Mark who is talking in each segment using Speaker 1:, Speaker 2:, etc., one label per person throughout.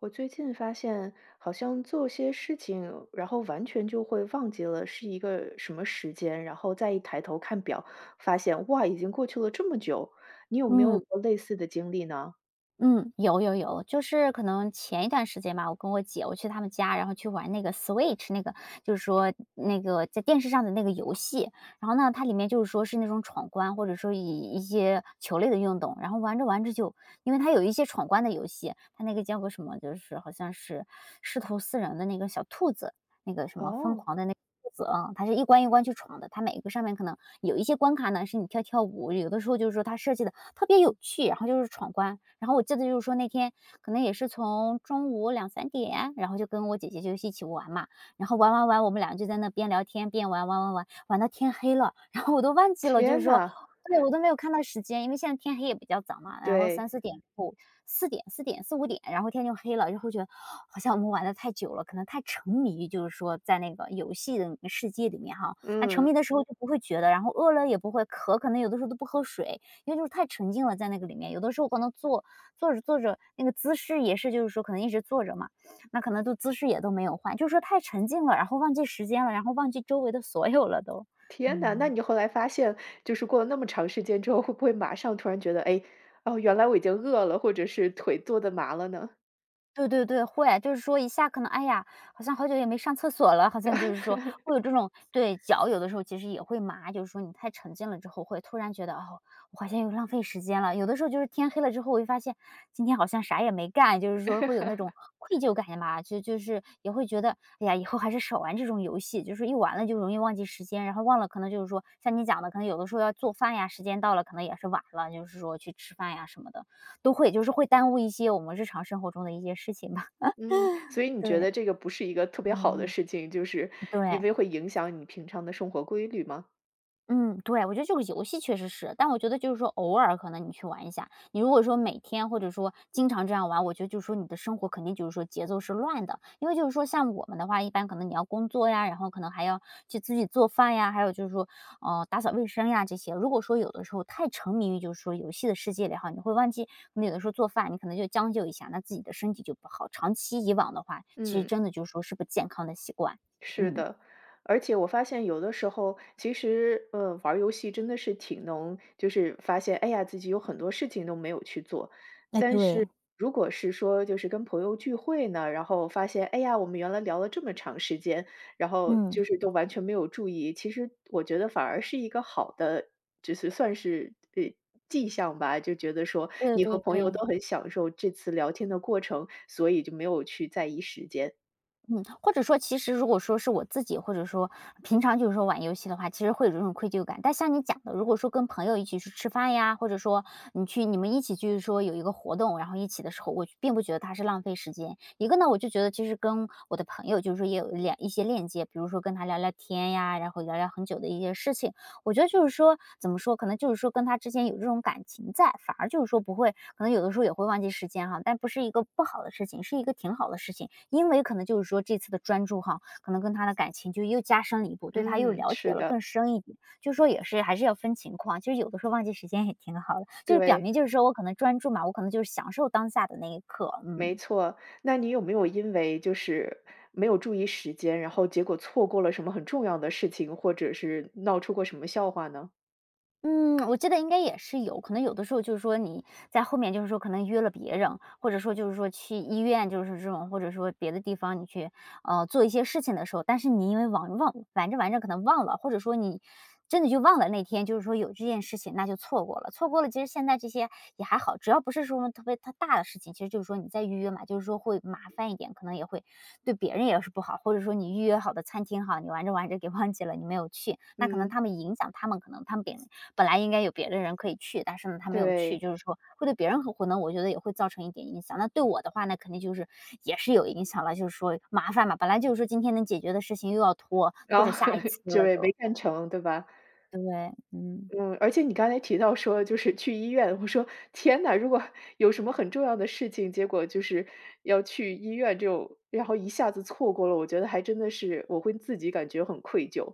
Speaker 1: 我最近发现，好像做些事情，然后完全就会忘记了是一个什么时间，然后再一抬头看表，发现哇，已经过去了这么久。你有没有
Speaker 2: 嗯
Speaker 1: 过类似的经历呢？
Speaker 2: 嗯,有，就是可能前一段时间吧，我跟我姐我去他们家，然后去玩那个 Switch 那个，就是说那个在电视上的那个游戏。然后呢，它里面就是说是那种闯关，或者说一些球类的运动。然后玩着玩着就，因为它有一些闯关的游戏，它那个叫个什么，就是好像是师徒四人的那个小兔子，那个什么疯
Speaker 1: 哦，
Speaker 2: 狂的那个兔子啊，它是一关一关去闯的，它每一个上面可能有一些关卡呢是你跳跳舞，有的时候就是说它设计的特别有趣，然后就是闯关。然后我记得就是说那天可能也是从中午两三点，然后就跟我姐姐就一起玩嘛，然后玩玩玩，我们俩就在那边聊天边玩玩玩玩，玩到天黑了，然后我都忘记了，就是
Speaker 1: 天
Speaker 2: 说
Speaker 1: 呐，
Speaker 2: 对，我都没有看到时间，因为现在天黑也比较早嘛，然后三
Speaker 1: 对，
Speaker 2: 四点后四点四五点，然后天就黑了，就会觉得好像我们玩的太久了，可能太沉迷于就是说在那个游戏的世界里面哈，那沉
Speaker 1: 嗯，
Speaker 2: 迷的时候就不会觉得，然后饿了也不会渴，可能有的时候都不喝水，因为就是太沉浸了在那个里面。有的时候可能坐着坐着，那个姿势也是，就是说可能一直坐着嘛，那可能都姿势也都没有换，就是说太沉浸了，然后忘记时间了，然后忘记周围的所有了都，
Speaker 1: 天呐，那
Speaker 2: 嗯。
Speaker 1: 你后来发现，就是过了那么长时间之后，会不会马上突然觉得，哎，哦，原来我已经饿了，或者是腿坐的麻了呢？
Speaker 2: 对对对，会，就是说一下可能，哎呀，好像好久也没上厕所了，好像就是 说会有这种对，脚有的时候其实也会麻，就是说你太沉浸了之后，会突然觉得，哦，我好像又浪费时间了。有的时候就是天黑了之后，我会发现今天好像啥也没干，就是说会有那种愧疚感吧，就是也会觉得，哎呀，以后还是少玩这种游戏，就是一玩了就容易忘记时间，然后忘了可能就是说像你讲的，可能有的时候要做饭呀，时间到了可能也是晚了，就是说去吃饭呀什么的。都会，就是会耽误一些我们日常生活中的一些事情吧，
Speaker 1: 嗯，所以你觉
Speaker 2: 对。
Speaker 1: 得这个不是一个特别好的
Speaker 2: 嗯，
Speaker 1: 事情，就是
Speaker 2: 对。
Speaker 1: 因为会影响你平常的生活规律吗？
Speaker 2: 嗯，对，我觉得这个游戏确实是，但我觉得就是说偶尔可能你去玩一下，你如果说每天或者说经常这样玩，我觉得就是说你的生活肯定就是说节奏是乱的，因为就是说像我们的话，一般可能你要工作呀，然后可能还要去自己做饭呀，还有就是说打扫卫生呀这些。如果说有的时候太沉迷于就是说游戏的世界里哈，你会忘记可能有的时候做饭，你可能就将就一下，那自己的身体就不好。长期以往的话，其实
Speaker 1: 嗯。
Speaker 2: 真的就是说是不健康的习惯。
Speaker 1: 是
Speaker 2: 嗯，
Speaker 1: 的，而且我发现有的时候，其实，玩儿游戏真的是挺能，就是发现，哎呀，自己有很多事情都没有去做。
Speaker 2: 哎，
Speaker 1: 但
Speaker 2: 对，
Speaker 1: 是如果是说，就是跟朋友聚会呢，然后发现，哎呀，我们原来聊了这么长时间，然后
Speaker 2: 嗯。
Speaker 1: 就是都完全没有注意，其实我觉得反而是一个好的，就是算是迹象吧，就觉得说
Speaker 2: 对
Speaker 1: 你
Speaker 2: 对
Speaker 1: 和朋友
Speaker 2: 对。
Speaker 1: 都很享受这次聊天的过程，所以就没有去在意时间。
Speaker 2: 嗯，或者说其实如果说是我自己，或者说平常就是说玩游戏的话，其实会有这种愧疚感。但像你讲的，如果说跟朋友一起去吃饭呀，或者说你去你们一起就是说有一个活动，然后一起的时候，我并不觉得它是浪费时间。一个呢，我就觉得其实跟我的朋友就是说也有一些链接，比如说跟他聊聊天呀，然后聊聊很久的一些事情，我觉得就是说，怎么说，可能就是说跟他之间有这种感情在，反而就是说不会，可能有的时候也会忘记时间哈，但不是一个不好的事情，是一个挺好的事情。因为可能就是说这次的专注哈，可能跟他的感情就又加深了一步，对他又
Speaker 1: 嗯，
Speaker 2: 了解
Speaker 1: 是
Speaker 2: 了
Speaker 1: 的，
Speaker 2: 更深一点。就是说也是还是要分情况，就是有的时候忘记时间也挺好的，就是表
Speaker 1: 对。
Speaker 2: 明就是说我可能专注嘛，我可能就是享受当下的那一刻，
Speaker 1: 没
Speaker 2: 嗯。
Speaker 1: 错，那你有没有因为就是没有注意时间，然后结果错过了什么很重要的事情，或者是闹出过什么笑话呢？
Speaker 2: 嗯，我记得应该也是有，可能有的时候就是说你在后面就是说可能约了别人，或者说就是说去医院，就是这种，或者说别的地方你去做一些事情的时候，但是你因为忘玩着玩着可能忘了，或者说你真的就忘了那天就是说有这件事情，那就错过了，错过了。其实现在这些也还好，只要不是什么特别特大的事情，其实就是说你再预约嘛，就是说会麻烦一点，可能也会对别人也是不好，或者说你预约好的餐厅哈，你玩着玩着给忘记了，你没有去，那可能
Speaker 1: 嗯。
Speaker 2: 他们影响他们，可能他们别人本来应该有别的人可以去，但是呢，他没有去，
Speaker 1: 对，
Speaker 2: 就是说会对别人可能我觉得也会造成一点影响。那对我的话呢，那肯定就是也是有影响了，就是说麻烦嘛，本来就是说今天能解决的事情又要拖，拖
Speaker 1: 然
Speaker 2: 着
Speaker 1: 后
Speaker 2: 下一次
Speaker 1: 就
Speaker 2: 了
Speaker 1: 也没
Speaker 2: 都。
Speaker 1: 干成，对吧？
Speaker 2: 对，嗯。
Speaker 1: 嗯，而且你刚才提到说就是去医院，我说天呐，如果 有什么很重要的事情，结果就是要去医院这种，然后一下子错过了，我觉得还真的是我会自己感觉很愧疚。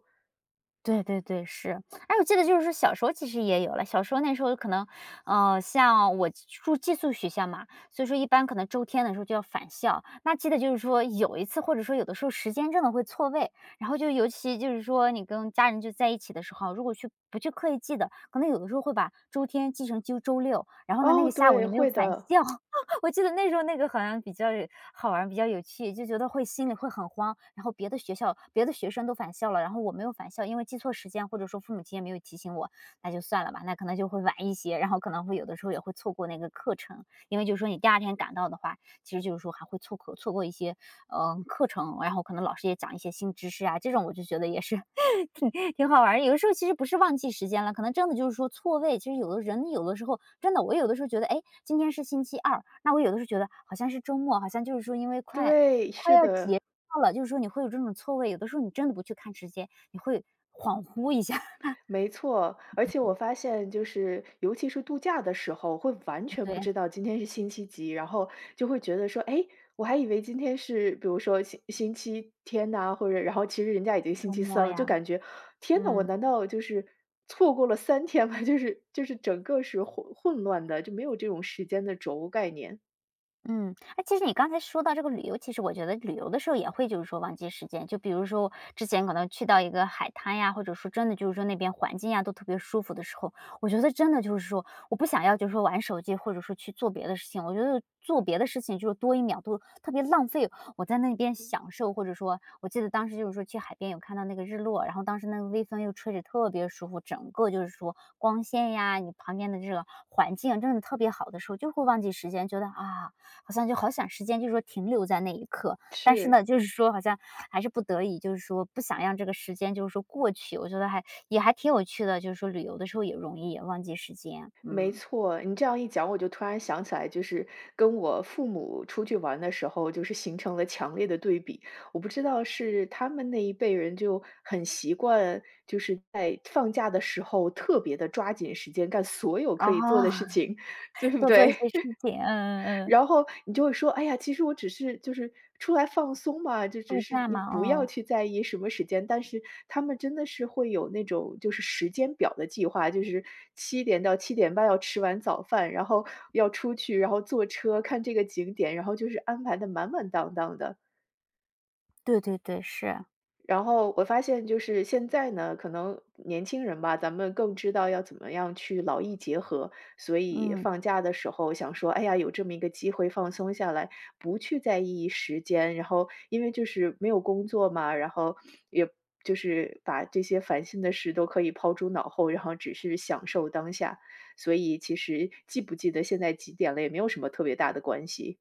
Speaker 2: 对对对，是。哎，我记得就是说，小时候其实也有了，小时候那时候可能，像我住寄宿学校嘛，所以说一般可能周天的时候就要返校。那记得就是说有一次，或者说有的时候时间真的会错位，然后就尤其就是说你跟家人就在一起的时候，如果去不去刻意记得，可能有的时候会把周天记成就周六，然后呢那
Speaker 1: 哦，
Speaker 2: 个下午
Speaker 1: 对，
Speaker 2: 你没有
Speaker 1: 会
Speaker 2: 返
Speaker 1: 的，
Speaker 2: 校，我记得那时候那个好像比较好玩比较有趣，就觉得会心里会很慌。然后别的学校别的学生都返校了，然后我没有返校，因为记错时间，或者说父母亲也没有提醒我，那就算了吧，那可能就会晚一些，然后可能会有的时候也会错过那个课程，因为就是说你第二天赶到的话，其实就是说还会错过一些课程，然后可能老师也讲一些新知识啊，这种我就觉得也是挺好玩儿有的时候其实不是忘记时间了，可能真的就是说错位。其实有的人有的时候真的，我有的时候觉得，哎，今天是星期二，那我有的时候觉得好像是周末，好像就是说因为快
Speaker 1: 对，
Speaker 2: 快
Speaker 1: 是
Speaker 2: 要
Speaker 1: 的。
Speaker 2: 结束了，就是说你会有这种错位。有的时候你真的不去看时间，你会恍惚一下。
Speaker 1: 没错，而且我发现就是，尤其是度假的时候，会完 全
Speaker 2: 对，
Speaker 1: 不知道今天是星期几，然后就会觉得说，哎，我还以为今天是比如说星期天呐、或者然后其实人家已经星
Speaker 2: 周
Speaker 1: 期
Speaker 2: 末
Speaker 1: 三了，就
Speaker 2: 呀，
Speaker 1: 感觉天呐，我
Speaker 2: 嗯。
Speaker 1: 难道就是错过了三天吗？就是整个是混乱的，就没有这种时间的轴概念。
Speaker 2: 嗯，哎，其实你刚才说到这个旅游，其实我觉得旅游的时候也会就是说忘记时间，就比如说之前可能去到一个海滩呀，或者说真的就是说那边环境呀都特别舒服的时候，我觉得真的就是说我不想要就是说玩手机，或者说去做别的事情，我觉得做别的事情就是多一秒都特别浪费，我在那边享受，或者说我记得当时就是说去海边有看到那个日落，然后当时那个微风又吹着特别舒服，整个就是说光线呀，你旁边的这个环境真的特别好的时候，就会忘记时间，觉得啊。好像就好想时间就是说停留在那一刻，但是
Speaker 1: 是，
Speaker 2: 呢，就是说好像还是不得已，就是说不想让这个时间就是说过去，我觉得还也还挺有趣的，就是说旅游的时候也容易忘记时间，
Speaker 1: 没
Speaker 2: 嗯，
Speaker 1: 错，你这样一讲，我就突然想起来，就是跟我父母出去玩的时候，就是形成了强烈的对比。我不知道是他们那一辈人就很习惯，就是在放假的时候特别的抓紧时间干所有可
Speaker 2: 然
Speaker 1: 以做
Speaker 2: 后
Speaker 1: 的事情，对 不
Speaker 2: 多做一
Speaker 1: 对？
Speaker 2: 些事情，嗯嗯嗯，
Speaker 1: 然后你就会说：“哎呀，其实我只是就是出来放松嘛，就
Speaker 2: 度
Speaker 1: 只是
Speaker 2: 假
Speaker 1: 你
Speaker 2: 嘛，
Speaker 1: 不要
Speaker 2: 哦，
Speaker 1: 去在意什么时间。”但是他们真的是会有那种就是时间表的计划，就是七点到七点半要吃完早饭，然后要出去，然后坐车看这个景点，然后就是安排的满满当当的。
Speaker 2: 对对对，是，
Speaker 1: 然后我发现就是现在呢，可能年轻人吧，咱们更知道要怎么样去劳逸结合，所以
Speaker 2: 嗯。
Speaker 1: 放假的时候想说，哎呀，有这么一个机会放松下来，不去在意时间，然后因为就是没有工作嘛，然后也就是把这些烦心的事都可以抛诸脑后，然后只是享受当下，所以其实记不记得现在几点了，也没有什么特别大的关系。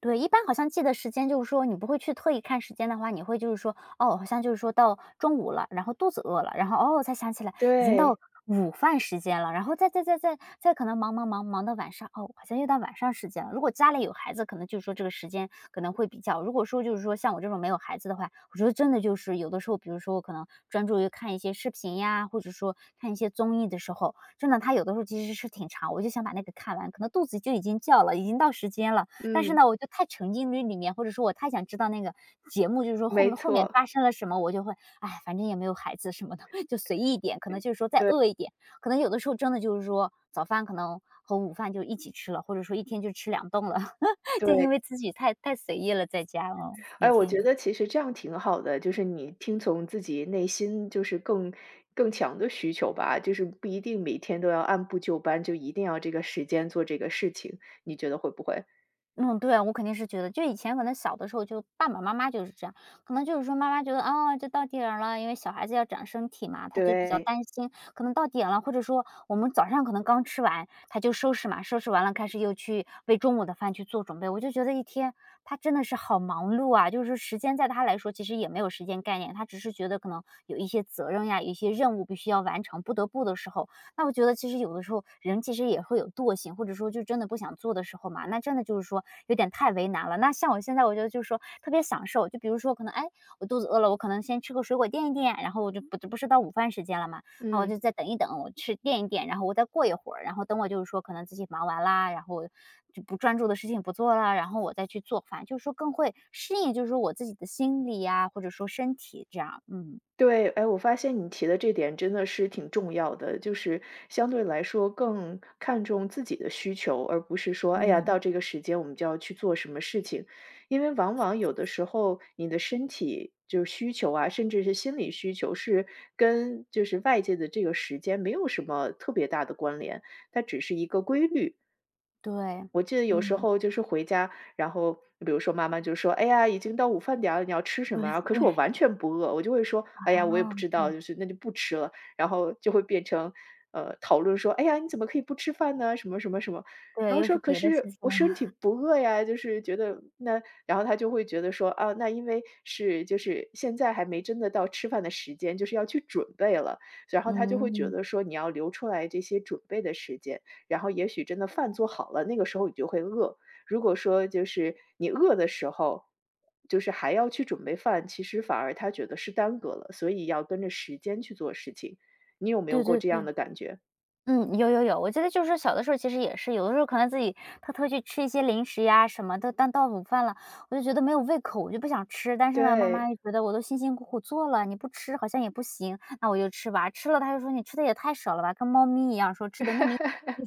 Speaker 2: 对，一般好像记得时间，就是说你不会去特意看时间的话，你会就是说，哦，好像就是说到中午了，然后肚子饿了，然后哦才想起来已经到
Speaker 1: 对，
Speaker 2: 午饭时间了，然后再再再再再可能忙忙忙忙到晚上，哦，好像又到晚上时间了。如果家里有孩子，可能就是说这个时间可能会比较，如果说就是说像我这种没有孩子的话，我觉得真的就是有的时候，比如说我可能专注于看一些视频呀，或者说看一些综艺的时候，真的他有的时候其实是挺长，我就想把那个看完，可能肚子就已经叫了，已经到时间了。但是
Speaker 1: 嗯，
Speaker 2: 呢，我就太沉浸于里面，或者说我太想知道那个节目，就是说后
Speaker 1: 没
Speaker 2: 面后面
Speaker 1: 错，
Speaker 2: 发生了什么，我就会，哎，反正也没有孩子什么的，就随意一点，可能就是说再
Speaker 1: 对
Speaker 2: 饿一点，可能有的时候真的就是说早饭可能和午饭就一起吃了，或者说一天就吃两顿了，就
Speaker 1: 对。
Speaker 2: 因为自己太随意了，在家哦，也
Speaker 1: 哎，我觉
Speaker 2: 挺
Speaker 1: 得其实这样挺好的，就是你听从自己内心就是更强的需求吧，就是不一定每天都要按部就班，就一定要这个时间做这个事情，你觉得会不会？
Speaker 2: 嗯，对，我肯定是觉得，就以前可能小的时候，就爸爸妈妈就是这样，可能就是说妈妈觉得啊，这到点儿了，因为小孩子要长身体嘛，他就比较
Speaker 1: 对，
Speaker 2: 担心，可能到点了，或者说我们早上可能刚吃完，他就收拾嘛，收拾完了开始又去为中午的饭去做准备。我就觉得一天他真的是好忙碌啊，就是时间在他来说其实也没有时间概念，他只是觉得可能有一些责任呀，有一些任务必须要完成，不得不的时候，那我觉得其实有的时候人其实也会有惰性，或者说就真的不想做的时候嘛，那真的就是说有点太为难了。那像我现在我觉得就是说特别享受，就比如说可能哎我肚子饿了，我可能先吃个水果垫一垫，然后我就不不是到午饭时间了嘛，那我
Speaker 1: 嗯。
Speaker 2: 就再等一等，我吃垫一垫，然后我再过一会儿，然后等我就是说可能自己忙完啦，然后就不专注的事情不做啦，然后我再去做饭，就是说更会适应，就是说我自己的心理呀、或者说身体这样，嗯
Speaker 1: 对，哎，我发现你提的这点真的是挺重要的，就是相对来说更看重自己的需求，而不是说，哎呀，
Speaker 2: 嗯，
Speaker 1: 到这个时间我们就要去做什么事情，因为往往有的时候你的身体就是需求啊，甚至是心理需求是跟就是外界的这个时间没有什么特别大的关联，它只是一个规律。
Speaker 2: 对，
Speaker 1: 我记得有时
Speaker 2: 嗯。
Speaker 1: 候就是回家，然后比如说妈妈就说：“哎呀，已经到午饭点儿了，你要吃什
Speaker 2: 对
Speaker 1: 么啊？可
Speaker 2: 对，
Speaker 1: 是我完全不饿，我就会说：“哎呀，我也不
Speaker 2: 哦，
Speaker 1: 知道，
Speaker 2: 对，
Speaker 1: 就是那就不吃了。”然后就会变成，讨论说：“哎呀，你怎么可以不吃饭呢？什么什么什么。”然
Speaker 2: 对，
Speaker 1: 后
Speaker 2: 又是
Speaker 1: 说：“可
Speaker 2: 别的事
Speaker 1: 是
Speaker 2: 情
Speaker 1: 我身
Speaker 2: 了。
Speaker 1: 体不饿呀。”就是觉得那，然后他就会觉得说：“啊，那因为是就是现在还没真的到吃饭的时间，就是要去准备了。”然后他就会觉
Speaker 2: 嗯，
Speaker 1: 得说：“你要留出来这些准备的时间。”然后也许真的饭做好了，那个时候你就会饿。如果说就是你饿的时候，就是还要去准备饭，其实反而他觉得是耽搁了，所以要跟着时间去做事情。你有没
Speaker 2: 对
Speaker 1: 有过
Speaker 2: 对
Speaker 1: 这
Speaker 2: 对，
Speaker 1: 样的感觉？
Speaker 2: 嗯，有有有，我记得就是小的时候其实也是，有的时候可能自己偷偷去吃一些零食呀什么的，但到午饭了，我就觉得没有胃口，我就不想吃。但是呢，妈妈
Speaker 1: 对，
Speaker 2: 又觉得我都辛辛苦苦做了，你不吃好像也不行，那我就吃吧。吃了她就说你吃的也太少了吧，跟猫咪一样，说吃的那么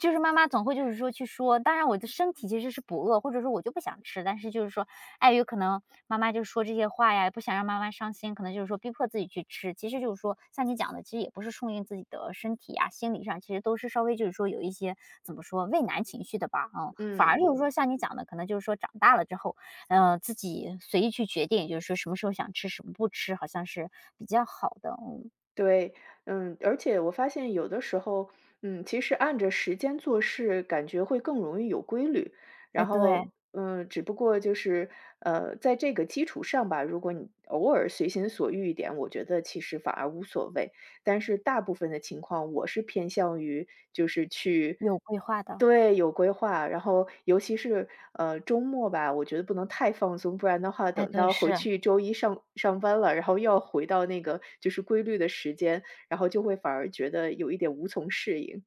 Speaker 2: 就是妈妈总会就是说去说，当然我的身体其实是不饿，或者说我就不想吃，但是就是说碍于可能妈妈就说这些话呀，不想让妈妈伤心，可能就是说逼迫自己去吃。其实就是说像你讲的，其实也不是顺应自己的身体啊，心理上其实都是稍微就是说有一些怎么说畏难情绪的吧，嗯，反
Speaker 1: 嗯。
Speaker 2: 而就是说像你讲的，可能就是说长大了之后，自己随意去决定，也就是说什么时候想吃什么不吃，好像是比较好的，嗯，
Speaker 1: 对，嗯，而且我发现有的时候，嗯，其实按着时间做事，感觉会更容易有规律。
Speaker 2: 哎，
Speaker 1: 然
Speaker 2: 对，
Speaker 1: 后，嗯，只不过就是，在这个基础上吧，如果你偶尔随心所欲一点，我觉得其实反而无所谓。但是大部分的情况，我是偏向于就是去
Speaker 2: 有规划的，
Speaker 1: 对，有规划，然后尤其是，周末吧，我觉得不能太放松，不然的话
Speaker 2: 哎，
Speaker 1: 等
Speaker 2: 对，
Speaker 1: 到回
Speaker 2: 是。
Speaker 1: 去周一上班了，然后又要回到那个就是规律的时间，然后就会反而觉得有一点无从适应。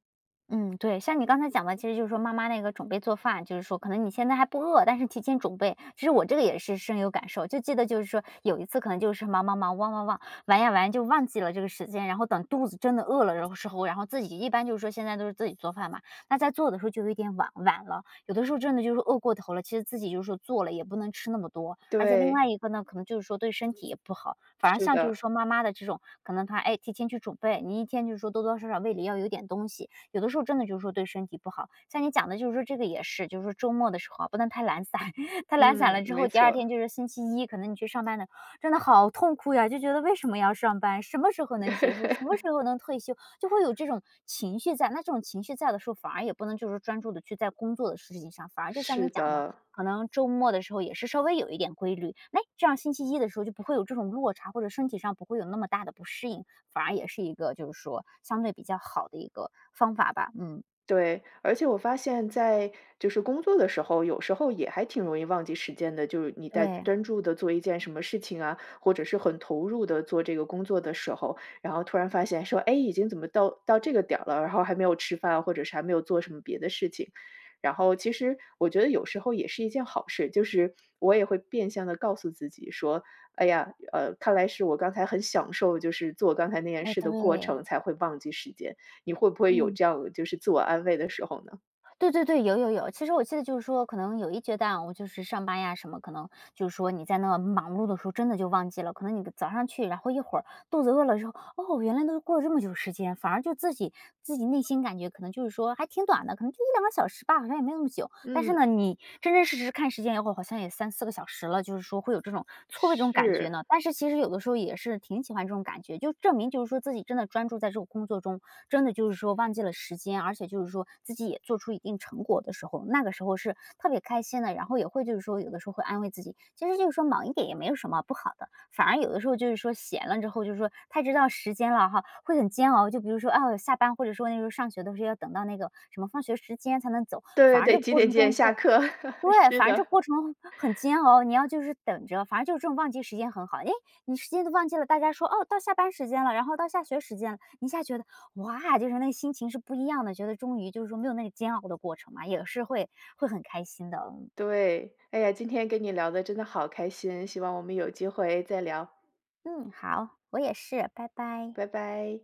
Speaker 2: 嗯，对，像你刚才讲的，其实就是说妈妈那个准备做饭，就是说可能你现在还不饿，但是提前准备。其实我这个也是深有感受，就记得就是说有一次可能就是忙忙忙忘忘忘，玩呀玩就忘记了这个时间，然后等肚子真的饿了的时候，然后自己一般就是说现在都是自己做饭嘛，那在做的时候就有一点晚晚了，有的时候真的就是饿过头了，其实自己就是说做了也不能吃那么多，而且另
Speaker 1: 对，
Speaker 2: 外一个呢，可能就是说对身体也不好，反而
Speaker 1: 是
Speaker 2: 像就
Speaker 1: 的，
Speaker 2: 是说妈妈的这种，可能她哎提前去准备，你一天就是说多多少少胃里要有点东西，有的时候真的就是说对身体不好。像你讲的就是说这个也是，就是说周末的时候啊，不能太懒散，太懒散
Speaker 1: 嗯，
Speaker 2: 了之后，
Speaker 1: 没
Speaker 2: 第二
Speaker 1: 错，
Speaker 2: 天就是星期一，可能你去上班的，真的好痛苦呀，就觉得为什么要上班？什么时候能结束？什么时 候能退休？就会有这种情绪在。那这种情绪在的时候，反而也不能就是专注的去在工作的事情上，反而就像
Speaker 1: 是
Speaker 2: 你讲的，
Speaker 1: 的。
Speaker 2: 可能周末的时候也是稍微有一点规律，哎，这样星期一的时候就不会有这种落差，或者身体上不会有那么大的不适应，反而也是一个就是说相对比较好的一个方法吧。嗯，
Speaker 1: 对，而且我发现在就是工作的时候，有时候也还挺容易忘记时间的。就是你在
Speaker 2: 对，
Speaker 1: 专注的做一件什么事情啊，或者是很投入的做这个工作的时候，然后突然发现说，哎，已经怎么到这个点儿了，然后还没有吃饭啊，或者是还没有做什么别的事情。然后其实我觉得有时候也是一件好事，就是我也会变相的告诉自己说：“哎呀，看来是我刚才很享受，就是做刚才那件
Speaker 2: 哎，
Speaker 1: 事
Speaker 2: 对。
Speaker 1: 的过程才会忘记时间。”你会不会有
Speaker 2: 嗯，
Speaker 1: 这样就是自我安慰的时候呢？
Speaker 2: 对对对，有有有。其实我记得就是说，可能有一阶段我就是上班呀什么，可能就是说你在那忙碌的时候，真的就忘记了。可能你早上去，然后一会儿肚子饿了之后，哦，原来都过了这么久时间，反而就自己自己内心感觉可能就是说还挺短的，可能就一两个小时吧，好像也没那么久。但是
Speaker 1: 嗯，
Speaker 2: 呢，你真真实实看时间以后，好像也三四个小时了，就是说会有这种错位这种感觉呢。
Speaker 1: 是，
Speaker 2: 但是其实有的时候也是挺喜欢这种感觉，就证明就是说自己真的专注在这个工作中，真的就是说忘记了时间，而且就是说自己也做出一定成果的时候，那个时候是。是特别开心的，然后也会就是说有的时候会安慰自己，其实就是说忙一点也没有什么不好的，反而有的时候就是说闲了之后，就是说太知道时间了哈，会很煎熬。就比如说啊，下班或者说那时候上学都是要等到那个什么放学时间才能走，反
Speaker 1: 对对
Speaker 2: 而这
Speaker 1: 对，
Speaker 2: 个
Speaker 1: 几
Speaker 2: 过
Speaker 1: 点
Speaker 2: 程
Speaker 1: 几点
Speaker 2: 中会
Speaker 1: 下课？
Speaker 2: 对，
Speaker 1: 是
Speaker 2: 反正这
Speaker 1: 的，
Speaker 2: 过程很煎熬，你要就是等着，反正就是这种忘记时间很好，哎，你时间都忘记了，大家说哦，到下班时间了，然后到下学时间了，你一下觉得哇，就是那个心情是不一样的，觉得终于就是说没有那个煎熬的过程嘛，也是会会很开心的。
Speaker 1: 对。哎呀，今天跟你聊的真的好开心，希望我们有机会再聊，
Speaker 2: 嗯，嗯好，我也是，拜拜。
Speaker 1: 拜拜。